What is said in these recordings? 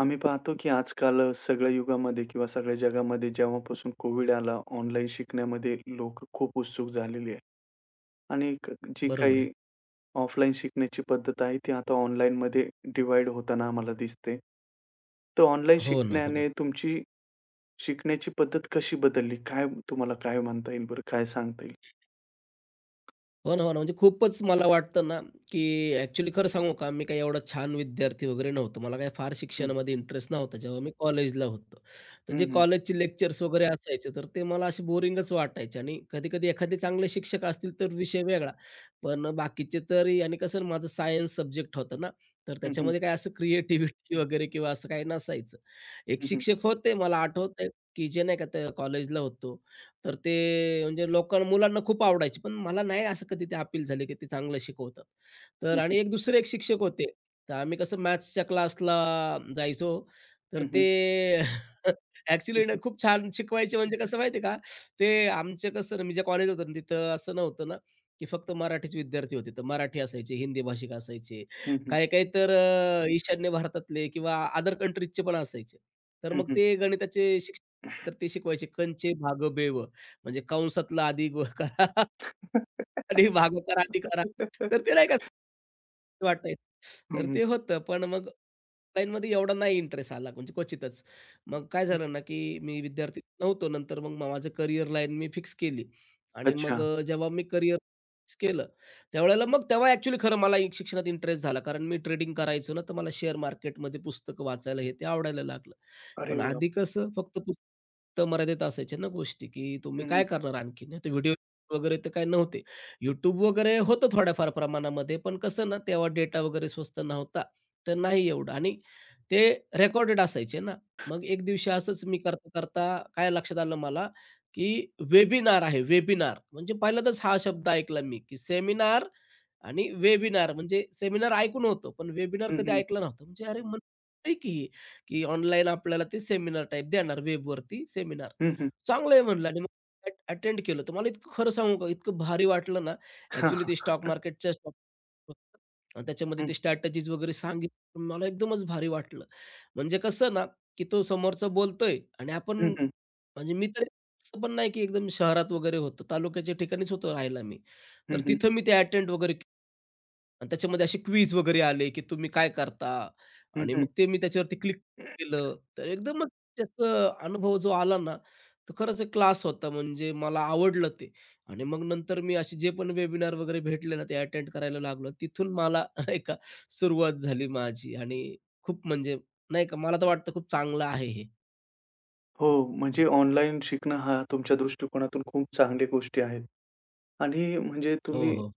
आम्ही पाहतो की आजकाल सगळ्या युगामध्ये किंवा सगळ्या जगामध्ये जेव्हापासून कोविड आला, ऑनलाईन शिकण्यामध्ये लोकं खूप उत्सुक झालेली आहे आणि जी बरोबर आहे. काही ऑफलाईन शिकण्याची पद्धत आहे, ती आता ऑनलाईनमध्ये डिव्हाईड होताना आम्हाला दिसते. तर ऑनलाईन हो ना, हो ना. शिकण्याने तुमची शिकण्याची पद्धत कशी बदलली? काय तुम्हाला काय म्हणता येईल बरं? काय सांगता येईल? हो ना, हो ना. म्हणजे खूपच मला वाटतं ना, की ॲक्चुअली खरं सांगू का, मी काही एवढा छान विद्यार्थी वगैरे नव्हतो. मला काही फार हं, हं. शिक्षणामध्ये इंटरेस्ट नव्हता, जेव्हा मी कॉलेजला होतो. तर जे हं, हं. कॉलेजचे लेक्चर्स वगैरे असायचे, तर ते मला असे बोरिंगच वाटायचे आणि कधी-कधी एखादे चांगले शिक्षक असतील, तर विषय वेगळा. पण बाकीचे तरी आणि कसं ना, माझं सायन्स सब्जेक्ट होता ना, तर हं, हं. त्याच्यामध्ये काय असं क्रिएटिव्हिटी वगैरे किंवा असं काही नसायचं. एक हं, हं. शिक्षक होते, मला आठवतंय, की जे नाही का, ते कॉलेजला होतो. तर ते म्हणजे लोकां मुलांना खूप आवडायची. पण मला नाही असं कधी ते अपील झाले, की ते चांगलं शिकवतात. तर हं, हं. आणि एक दुसरे एक शिक्षक होते. तर आम्ही कसं मॅथ्सच्या क्लासला जायचो. तर हं, ते हं. ॲक्चुअली हं, ना खूप छान शिकवायचे म्हणजे कसं माहिती का? ते आमचे कसं ना मी ज्या कॉलेजला होतो ना तिथं असं नव्हतं ना, की फक्त मराठीच विद्यार्थी होते. तर मराठी असायचे, हिंदी भाषिक असायचे. काही-काही तर ईशान्य भारतातले किंवा अदर कंट्रीजचे पण असायचे. तर मग ते गणिताचे शिक्षक तर ते शिकवायचे कंचे भाग बेव. म्हणजे कंसातलं आधी गो करा आणि भागवता राधी करा. तर ते नाही का वाटायचं. तर ते होतं. पण मग ऑनलाईनमध्ये एवढा नाही इंटरेस्ट आला म्हणजे क्वचितच. मग काय झालं ना, की मी विद्यार्थी नव्हतो. नंतर मग माझं करियर लाईन मी फिक्स केली आणि मग अच्छा. जेव्हा मी करियर फिक्स केलं, त्यावेळेला मग तेव्हा ॲक्चुअली खरं मला शिक्षणात इंटरेस्ट झाला. कारण मी ट्रेडिंग करायचो ना, तर मला शेअर मार्केटमध्ये पुस्तकं वाचायला हे ते आवडायला लागलं. अरे पण वाह! आधी कसं फक्त पुस्तक मर्यादित असायच्या ना गोष्टी, की हं, तुम्ही हं. काय करणार आणखीन? व्हिडिओ वगैरे तर काही नव्हते. YouTube वगैरे होतं थोड्याफार प्रमाणामध्ये, पण कसं ना तेव्हा डेटा वगैरे स्वस्त नव्हता, तर नाही एवढं आणि ते रेकॉर्डेड असायचे ना. मग एक दिवशी असंच मी करता-करता काय लक्षात आलं मला, की वेबिनार आहे, वेबिनार म्हणजे पहिल्यांदाच हा शब्द ऐकला मी, की सेमिनार आणि वेबिनार म्हणजे सेमिनार ऐकून होतो, पण वेबिनार कधी ऐकलं नव्हतं. म्हणजे अरे मन आहे की हे, की ऑनलाईन आपल्याला ते सेमिनार टाइप देणार वेबवरती सेमिनार. हं, हं. चांगलं आहे म्हणलं आणि मग अटेंड केलं. तर मला इतकं खरं सांगू का, इतकं भारी वाटलं ना, हां, ॲक्चुअली ते हां. स्टॉक मार्केटच्या स्टॉक आणि त्याच्यामध्ये हं, ते स्ट्रॅटेजीज वगैरे सांगितलं. मला एकदमच भारी वाटलं. म्हणजे कसं ना, की तो समोरचा बोलतोय आणि आपण हं, हं. म्हणजे मी तरी असं पण नाही की एकदम शहरात वगैरे होतो. तालुक्याच्या ठिकाणीच होतो राहायला मी. हं, तर हं. तिथं मी ते अटेंड वगैरे केलं. आणि त्याच्यामध्ये असे क्विज वगैरे आले, की तुम्ही काय करता? हं, आणि हं. मग ते मी त्याच्यावरती क्लिक केलं. तर एकदमच त्याचा अनुभव जो आला ना, तर खरंच एक क्लास होता. म्हणजे मला आवडलं ते. आणि मग नंतर मी असे जे पण वेबिनार वगैरे भेटले ना, ते अटेंड करायला लागलो. तिथून मला नाही का सुरुवात झाली माझी आणि खूप म्हणजे नाही का मला तर वाटतं खूप चांगलं आहे हे. हो, म्हणजे ऑनलाईन शिकणं हा तुमच्या दृष्टिकोनातून खूप चांगली गोष्टी आहेत आणि म्हणजे तुम्ही हो,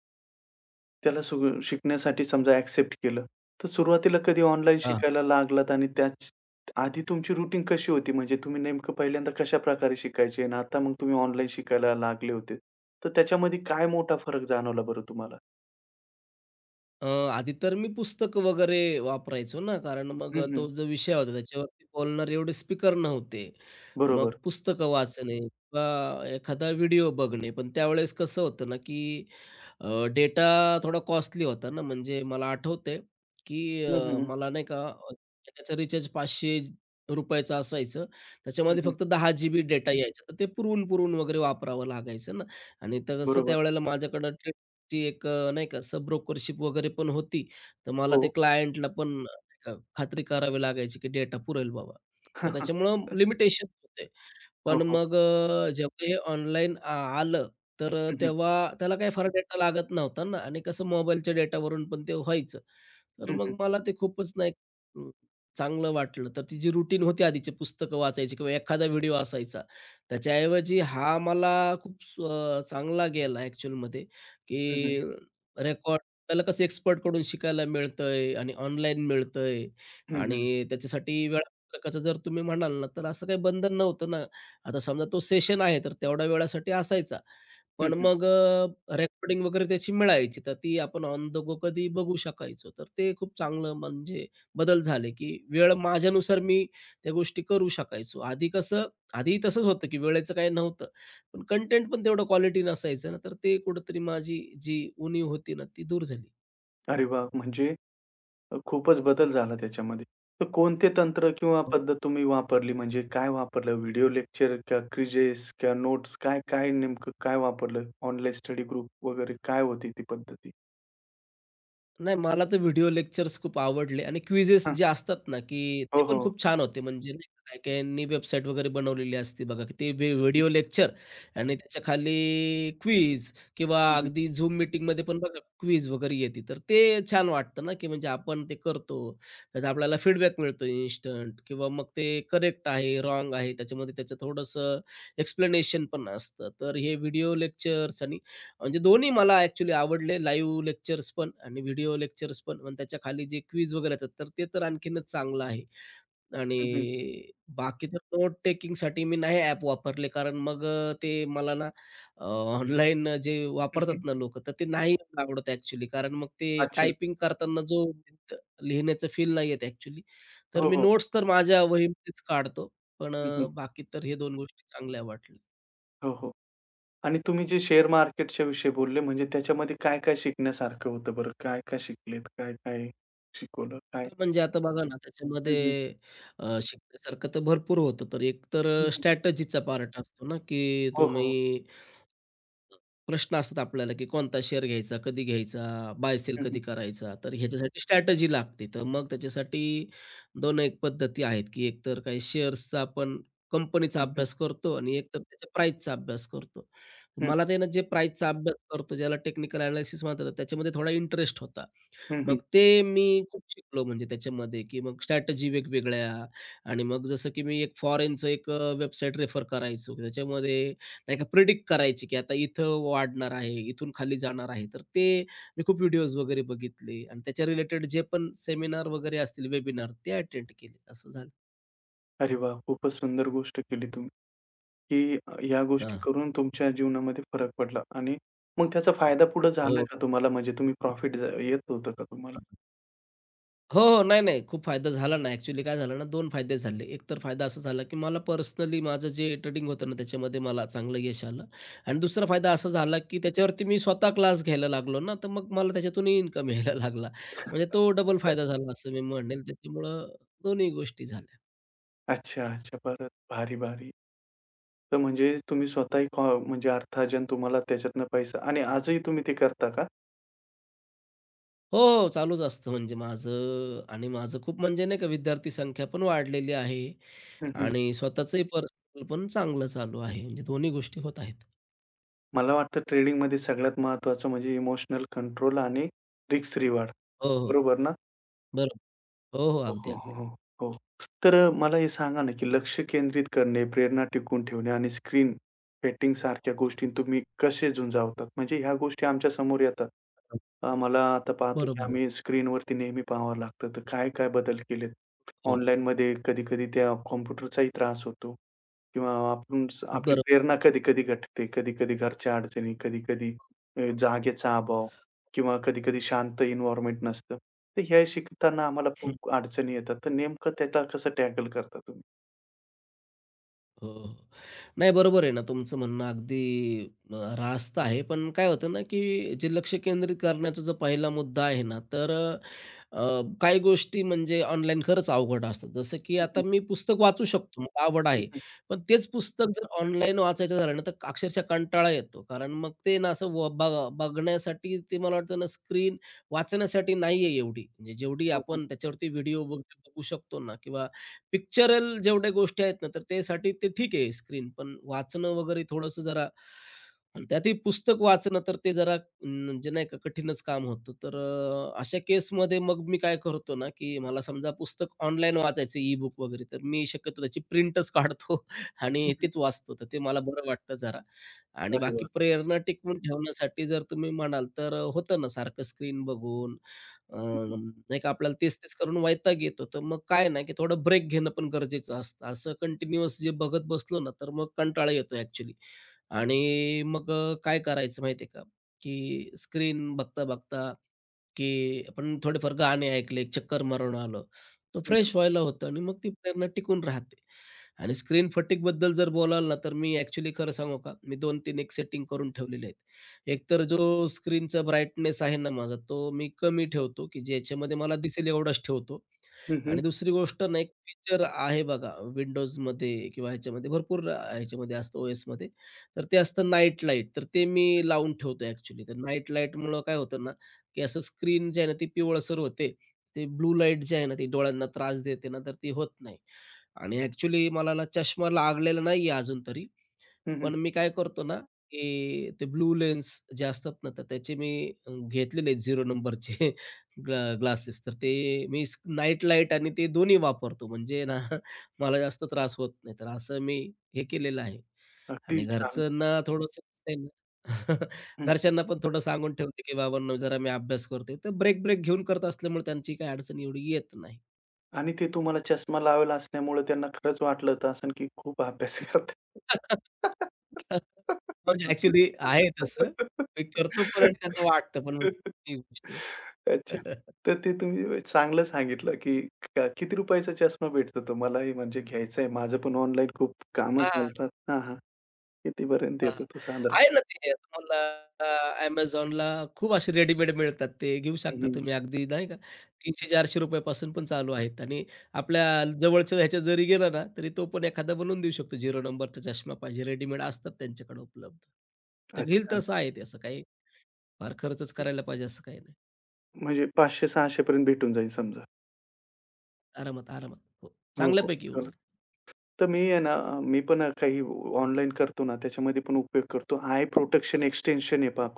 त्याला शिकण्यासाठी समजा एक्सेप्ट केलं. तर सुरुवातीला कधी ऑनलाईन हो. शिकायला लागलात आणि आधी तुमची रुटीन कशी होती? म्हणजे तुम्ही नेमकं पहिल्यांदा कशाप्रकारे शिकायचे आणि आता मग तुम्ही ऑनलाईन शिकायला लागले होते. तर त्याच्यामध्ये काय मोठा फरक जाणवला बरं तुम्हाला? अ, आधी तर मी पुस्तकं वगैरे वापरायचो ना, कारण मग हं, हं. तो जो विषय होता त्याच्यावरती बोलणारे एवढे स्पीकर नव्हते. मग बरोबर. पुस्तकं वाचणे किंवा एखादा व्हिडिओ बघणे. पण त्यावेळेस कसं होतं ना, की डेटा थोडा कॉस्टली होता ना. म्हणजे मला आठवतंय, की हं, हं. मला नाही का त्याचं रिचार्ज ₹500 चं असायचं. हं, त्याच्यामध्ये हं. फक्त 10 जीबी डेटा यायचा. तर ते पुरवून, पुरवून वगैरे वापरावं लागायचं ना आणि तसं बरोबर. त्यावेळेला माझ्याकडं ती एक नाही का सब ब्रोकरशिप वगैरे पण होती. तर मला ते हो. क्लायंटला पण नाही का खात्री करावी लागायची, की डेटा पुरेल बाबा. तर त्याच्यामुळं लिमिटेशन होते. हो, पण हो. मग जेव्हा हे ऑनलाईन आलं, तर हं, हं. तेव्हा त्याला काही फार डेटा लागत नव्हता ना आणि कसं मोबाईलच्या डेटावरून पण ते व्हायचं. तर हं, हं. मग मला ते खूपच नाही अं, चांगलं वाटलं. तर ती जी रुटीन होती आधीची पुस्तकं वाचायची किंवा एखादा व्हिडिओ असायचा, त्याच्याऐवजी हा मला खूप चांगला गेला ॲक्चुअलमध्ये, हं, हं. की रेकॉर्ड आपल्याला कसं एक्सपर्टकडून शिकायला मिळतंय आणि ऑनलाईन मिळतंय हं, हं. आणि त्याच्यासाठी वेळापत्रकाचं जर तुम्ही म्हणाल ना, तर असं काही बंधन नव्हतं ना. आता समजा तो सेशन आहे, तर तेवढ्या वेळासाठी असायचा. हं, पण हं. मग रेकॉर्डिंग वगैरे त्याची मिळायची, तर ती आपण ऑन द गो कधी बघू शकायचो. तर ते खूप चांगलं म्हणजे बदल झाले, की वेळ माझ्यानुसार मी त्या गोष्टी करू शकायचो. आधी तसंच होतं, की वेळेचं काही नव्हतं, पण कंटेंट पण तेवढं क्वालिटी नसायचं ना, तर ते कुठेतरी माझी जी उणीव होती ना, ती दूर झाली. अरे वाह! म्हणजे खूपच बदल झाला त्याच्यामध्ये. तर कोणते तंत्र किंवा हो. पद्धत तुम्ही वापरली? म्हणजे काय वापरलं? व्हिडिओ लेक्चर का क्विजेस किंवा नोट्स काय, काय नेमकं काय वापरलं? ऑनलाईन स्टडी ग्रुप वगैरे काय होती ती पद्धती? नाही, मला तर व्हिडिओ लेक्चर्स खूप आवडले आणि क्विझेस हां. जे असतात ना, की हो, ते पण हो. खूप छान होते. म्हणजे नाही का, काही-काहींनी वेबसाईट वगैरे बनवलेली असते बघा, की ते व्हिडिओ लेक्चर आणि त्याच्या खाली क्विझ किंवा हं, हं, अगदी Zoom मीटिंगमध्ये पण बघा क्विझ वगैरे येते. तर ते छान वाटतं ना, की म्हणजे आपण ते करतो. त्याचा आपल्याला फीडबॅक मिळतो इन्स्टंट किंवा मग ते करेक्ट आहे, रॉंग आहे. त्याच्यामध्ये त्याचं थोडंसं एक्सप्लेनेशन पण असतं. तर हे व्हिडिओ लेक्चर्स म्हणजे दोन्ही मला ॲक्चुअली आवडले. लाईव्ह लेक्चर्स पण आणि व्हिडिओ लेक्चर्स पण. पण त्याच्या खाली जे क्विज वगैरे येतात, तर ते तर आणखीनच चांगलं आहे. हं, हं. आणि बाकी तर नोट टेकिंगसाठी मी नाही ॲप वापरले, कारण मग ते मला ना ऑनलाईन जे वापरतात ना लोक तर ते नाही एवढं आवडत ॲक्चुअली. कारण मग ते अच्छा. टायपिंग करताना जो लिहिण्याचं फील नाही येत ॲक्चुअली. तर हो, मी हो. नोट्स तर माझ्या वहीमध्येच काढतो. पण हं, हं. बाकी तर हे 2 गोष्टी चांगल्या वाटल्या. हो, हो. आणि तुम्ही जे शेअर मार्केटच्या विषयी बोलले म्हणजे त्याच्यामध्ये काय, काय शिकण्यासारखं होतं बरं? काय, काय शिकलेत? काय, काय शिकवलं? काय? हां, म्हणजे आता बघा ना, त्याच्यामध्ये हं, हं. शिकण्यासारखं तर भरपूर होतं. तर एक तर हं, हं. स्ट्रॅटजीचा पार्ट असतो ना, की हो, हो. तुम्ही प्रश्न असतात आपल्याला, की कोणता शेअर घ्यायचा, कधी घ्यायचा, बाय सेल हं, हं. कधी करायचा. तर ह्याच्यासाठी स्ट्रॅटजी लागते. तर मग त्याच्यासाठी 2 एक पद्धती आहेत, की एक तर काही शेअर्सचा आपण कंपनीचा हं, हं. अभ्यास करतो आणि एक तर त्याच्या प्राईसचा अभ्यास करतो. हं. मला ते ना, जे प्राईसचा अभ्यास करतो, ज्याला टेक्निकल एनालिसिस म्हणतात, त्याच्यामध्ये थोडा इंटरेस्ट होता. हं, हं. मग ते मी खूप शिकलो म्हणजे त्याच्यामध्ये, की मग स्ट्रॅटेजी वेगवेगळ्या आणि मग जसं की मी एक फॉरेनचं एक वेबसाईट रेफर करायचो. की त्याच्यामध्ये नाही का प्रिडिक्ट करायची, की आता इथं वाढणार आहे, इथून खाली जाणार आहे. तर ते मी खूप व्हिडिओज वगैरे बघितले आणि त्याच्या रिलेटेड जे पण सेमिनार वगैरे असतील, वेबिनार ते अटेंड केले. असं झालं. अरे वाह! खूपच सुंदर गोष्ट केली तुम्ही, की ह्या गोष्टी हां. करून तुमच्या जीवनामध्ये फरक पडला आणि मग त्याचा फायदा पुढे झाला हो. का तुम्हाला? म्हणजे तुम्ही प्रॉफिट येत होतं का तुम्हाला? हो, हो. नाही, नाही. खूप फायदा झाला ना. ॲक्चुअली काय झालं ना, 2 फायदे झाले. एक तर फायदा असा झाला, की मला पर्सनली माझं जे ट्रेडिंग होतं ना, त्याच्यामध्ये मला चांगलं यश आलं आणि दुसरा फायदा असा झाला, की त्याच्यावरती मी स्वतः क्लास घ्यायला लागलो ना, तर मग मला त्याच्यातूनही इन्कम यायला लागला. म्हणजे तो डबल फायदा झाला असं मी म्हणेल. त्याच्यामुळं दोन्ही गोष्टी झाल्या. अच्छा, अच्छा. परत भारी, भारी. तर म्हणजे तुम्ही स्वतःही म्हणजे अर्थार्जन तुम्हाला त्याच्यातनं पैसा आणि आजही तुम्ही ते करता का? हो, हो. चालूच असतं म्हणजे माझं आणि माझं खूप म्हणजे नाही का विद्यार्थी संख्या पण वाढलेली आहे हं, हं. आणि स्वतःचंही पर्सनल पण चांगलं चालू आहे. म्हणजे दोन्ही गोष्टी होत आहेत. मला वाटतं ट्रेडिंगमध्ये सगळ्यात महत्त्वाचं म्हणजे इमोशनल कंट्रोल आणि रिस्क रिवॉर्ड. हो, हो. बरोबर ना? बरोबर. हो, हो. हो, अगदी, हो, हो, अगदी. हो, हो. तर मला हे सांगा ना, की लक्ष केंद्रित करणे, प्रेरणा टिकवून ठेवणे आणि स्क्रीन पेटिंग सारख्या गोष्टी तुम्ही कसे झुंजावतात? म्हणजे ह्या गोष्टी आमच्या समोर येतात. हां, आम्हाला आता पाहतो, की बरोबर आहे. आम्ही स्क्रीनवरती नेहमी पाहावं लागतं. तर काय-काय बदल केलेत? हो, ऑनलाईनमध्ये कधी-कधी त्या कॉम्प्युटरचाही त्रास होतो किंवा आपण आपली बरोबर. प्रेरणा कधी-कधी घटते, कधी-कधी घरच्या अडचणी, कधी-कधी जागेचा अभाव. किंवा कधी-कधी शांत एन्व्हायर्नमेंट नसतं. तर हे शिकताना आम्हाला हं, खूप अडचणी येतात. तर नेमकं त्याला कसं टॅकल करता तुम्ही? हो. हो. नाही बरोबर आहे ना तुमचं म्हणणं अगदी अ, रास्त आहे. पण काय होतं ना, की जे लक्ष केंद्रित करण्याचा जो पहिला मुद्दा आहे ना, तर अ, काही गोष्टी म्हणजे ऑनलाईन खरंच अवघड असतात. जसं की हं, आता हं. मी पुस्तक वाचू शकतो, मला आवड हं, आहे. हं. पण तेच पुस्तक जर ऑनलाईन वाचायचं झालं ना, तर अक्षरशः कंटाळा येतो. कारण मग ते ना असं व बघ बघण्यासाठी ते मला वाटतं ना स्क्रीन वाचण्यासाठी नाहीये एवढी. म्हणजे जेवढी हो, हो. आपण त्याच्यावरती व्हिडिओ वगैरे बघू शकतो ना किंवा पिक्चरल जेवढ्या गोष्टी आहेत ना, तर त्यासाठी ते ठीक आहे स्क्रीन. पण वाचणं वगैरे थोडंसं जरा आणि त्यातही पुस्तक वाचणं, तर ते जरा म्हणजे नाही का कठीणच काम होतं. तर अशा केसमध्ये मग मी काय करतो ना, की मला समजा पुस्तक ऑनलाईन वाचायचं ई-बुक वगैरे, तर मी शक्यतो त्याची प्रिंटच काढतो हं, आणि हं. तेच वाचतो. तर ते मला बरं वाटतं जरा आणि अरे बाकी वाह! प्रेरणा टिकवून ठेवण्यासाठी जर तुम्ही म्हणाल, तर होतं ना सारखं स्क्रीन बघून हं, हं. नाही का आपल्याला तेच-तेच करून वैताग येतो. तर मग काय ना, की थोडं ब्रेक घेणं पण गरजेचं असतं. असं कंटिन्यूअस जे बघत बसलो ना, तर मग कंटाळा येतो ॲक्चुअली. आणि मग काय करायचं माहिती आहे का, की स्क्रीन बघता-बघता, की आपण थोडेफार गाणे ऐकले, एक चक्कर मारून आलो, तर फ्रेश व्हायला होतं आणि मग ती प्रेरणा टिकून राहते. आणि स्क्रीन फटीगबद्दल जर बोलाल ना, तर मी ॲक्चुअली खरं सांगू का, मी 2-3 एक सेटिंग करून ठेवलेले आहेत. एकतर जो स्क्रीनचा ब्राईटनेस आहे ना माझा, तो मी कमी ठेवतो, की ज्याच्यामध्ये मला दिसेल एवढाच ठेवतो. हं, हं. आणि दुसरी गोष्ट ना, एक फीचर आहे बघा Windowsमध्ये किंवा ह्याच्यामध्ये भरपूर ह्याच्यामध्ये असतं ओ-एसमध्ये, तर ते असतं नाईट लाईट. तर ते मी लावून ठेवतो ॲक्चुअली. तर नाईट लाईटमुळं काय होतं ना, की असं स्क्रीन जे आहे ना, ती पिवळसर होते. ते ब्लू लाईट जे आहे ना, ती डोळ्यांना त्रास देते ना, तर ती होत नाही. आणि ॲक्चुअली मला ना चष्मा लागलेला नाहीये अजून तरी. हं, पण मी काय करतो ना, की ते ब्लू लेन्स जे असतात ना, तर त्याचे मी घेतलेले आहेत 0 नंबरचे ग्लासेस. तर ते मी नाईट लाईट आणि ते दोन्ही वापरतो. म्हणजे ना, मला जास्त त्रास होत नाही. तर असं मी हे केलेलं आहे. अगदी आणि छान. घरच्यांना थोडंसं कसं आहे ना हं, हं. घरच्यांना पण थोडं सांगून ठेवते, की "बाबांनो, जरा मी अभ्यास करतोय." तर ब्रेक, ब्रेक घेऊन करत असल्यामुळे त्यांची काही अडचण एवढी येत नाही. आणि ते तुम्हाला चष्मा लावलेला असल्यामुळे त्यांना खरंच वाटलं असेल, की खूप अभ्यास करताय. म्हणजे ॲक्चुअली आहे तसं. मी करतो पण आणि त्यांना वाटतं पण म्हणजे ती गोष्टी अच्छा. आहे. तर ते तुम्ही चांगलं सांगितलं, की किती रुपयाचा चष्मा भेटतो तो? मलाही म्हणजे घ्यायचा आहे. माझं पण ऑनलाईन खूप कामं हां, हां. चालतात. हां, हां. कितीपर्यंत येतो तो साधारण? आहे ना ते तुम्हाला Amazonला खूप असे रेडीमेड मिळतात. ते घेऊ हं, शकता हं. तुम्ही अगदी नाही का ₹300-400 पासून पण चालू आहेत आणि आपल्या जवळच्या ह्याच्यात जरी गेला ना, तरी तो पण एखादा बनवून देऊ शकतो. 0 नंबरचा चष्मा पाहिजे रेडीमेड असतात त्यांच्याकडे उपलब्ध. तर घेईल अच्छा. तसं आहे ते. असं काही फार खर्चच करायला पाहिजे असं काही नाही. म्हणजे 500-600 पर्यंत भेटून जाईल समजा. आरामात, आरामात. हो, हो, हो. चांगल्यापैकी येऊन चालेल. जाईल. तर मी आहे ना, मी पण काही ऑनलाईन करतो ना, त्याच्यामध्ये पण उपयोग करतो. आय प्रोटेक्शन हां. एक्सटेन्शन आहे पहा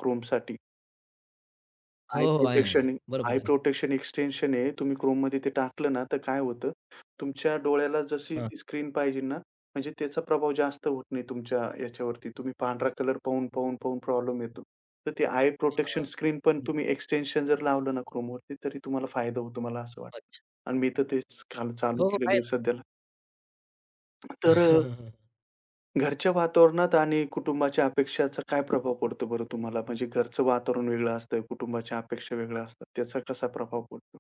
हो, आय हो. आहे, आहे. प्रोटेक्शन बरोबर आय आहे. प्रोटेक्शन एक्सटेन्शन आहे. तुम्ही Chromeमध्ये ते टाकलं ना, तर काय होतं, तुमच्या डोळ्याला जशी हां. ती स्क्रीन पाहिजे ना, म्हणजे त्याचा प्रभाव जास्त होत नाही तुमच्या याच्यावरती. तुम्ही पांढरा कलर पाहून, पाहून, पाहून प्रॉब्लेम येतो. तर ते आय प्रोटेक्शन हां. स्क्रीन पण हं. तुम्ही एक्सटेन्शन जर लावलं ना Chromeवरती, तरी तुम्हाला फायदा होतो, मला असं वाटतं. आणि मी तर तेच काल चालू हो, हो. केलेलं आहे आहे ना. सध्याला. तर घरच्या वातावरणात आणि कुटुंबाच्या अपेक्षाचा काय प्रभाव पडतो बरं तुम्हाला? म्हणजे घरचं वातावरण वेगळं असतं, कुटुंबाच्या अपेक्षा वेगळ्या असतात. त्याचा कसा प्रभाव पडतो?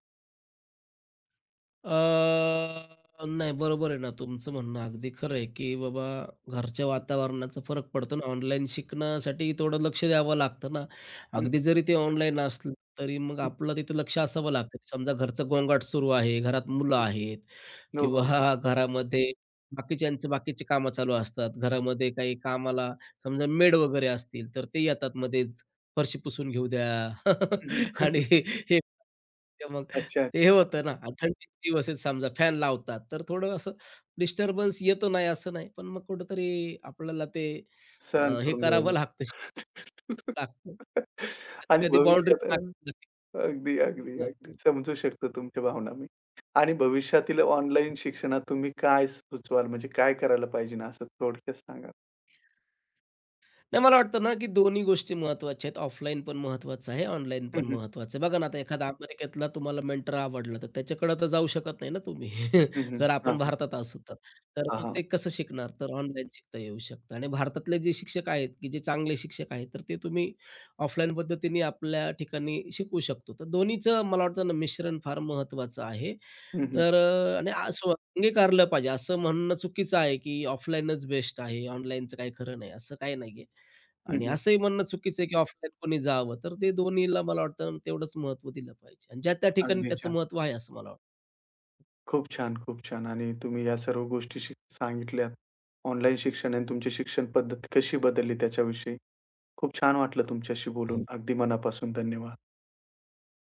नाही बरोबर आहे ना तुमचं म्हणणं अगदी खरं आहे, की बाबा घरच्या वातावरणाचा फरक पडतो ना. ऑनलाईन शिकण्यासाठी थोडं लक्ष द्यावं लागतं ना. हं, अगदी हं, जरी ते ऑनलाईन असलं तरी मग हं, आपलं तिथं लक्ष असावं लागतं. समजा घरचा गोंगाट सुरू आहे, घरात मुलं हं. आहेत हो, हो. किंवा घरामध्ये बाकीच्यांचे बाकीचे कामं चालू असतात. घरामध्ये काही कामाला समजा मेड वगैरे असतील, तर ते येतात मध्येच. फरशी पुसून घेऊ द्या हं, हं. आणि हे ते मग अच्छा, ते अच्छा. हे होतं ना, आणि थंडीचे दिवस आहेत समजा फॅन लावतात, तर थोडं असं डिस्टर्बन्स येतो नाही असं नाही, पण मग कुठेतरी आपल्याला ते सहन हे करून घ्यावं करावं लागतं लागतं. लागतं. आणि कधी-कधी बाउंडरी भविष्यात लागते. अगदी, अगदी, अगदी. लागतं. समजू शकतो तुमच्या भावना मी. आणि भविष्यातील ऑनलाईन शिक्षणात तुम्ही काय सुचवाल? म्हणजे काय करायला पाहिजे ना, असं थोडक्यात सांगा? नाही मला वाटतं ना, की दोन्ही गोष्टी महत्त्वाच्या आहेत. ऑफलाईन पण महत्त्वाचं आहे, ऑनलाईन हं, पण हं. महत्त्वाचं आहे. बघा ना, आता एखादा अमेरिकेतला तुम्हाला मेंटर आवडला, तर त्याच्याकडे तर जाऊ शकत नाही ना तुम्ही. हं, हं. जर हां, आपण हां. भारतात असू तर. तर हां, मग हां. ते कसं शिकणार? तर ऑनलाईन शिकता येऊ शकतं आणि भारतातले जे शिक्षक आहेत, की जे चांगले शिक्षक आहेत, तर ते तुम्ही ऑफलाईन पद्धतीने आपल्या ठिकाणी शिकवू शकतो. तर दोन्हीचं मला वाटतं ना, मिश्रण फार महत्त्वाचं आहे. हं, हं. तर आणि असं अंगीकारलं पाहिजे. असं म्हणणं चुकीचं आहे, की ऑफलाईनच बेस्ट आहे, ऑनलाईनचं काही खरं नाही, असं काही नाहीये. हं, आणि हं. असंही म्हणणं चुकीचं आहे, की ऑफलाईन कोणी जावं. तर ते दोन्हीला मला वाटतं तेवढंच महत्त्व दिलं पाहिजे आणि ज्या त्या ठिकाणी अगदीच. त्याचं महत्त्व आहे असं मला वाटतं. खूप छान, खूप छान. आणि तुम्ही या सर्व गोष्टी सांगितल्यात. ऑनलाईन शिक्षण आणि तुमची शिक्षण पद्धत कशी बदलली त्याच्याविषयी. खूप छान वाटलं तुमच्याशी बोलून. हो. अगदी मनापासून धन्यवाद.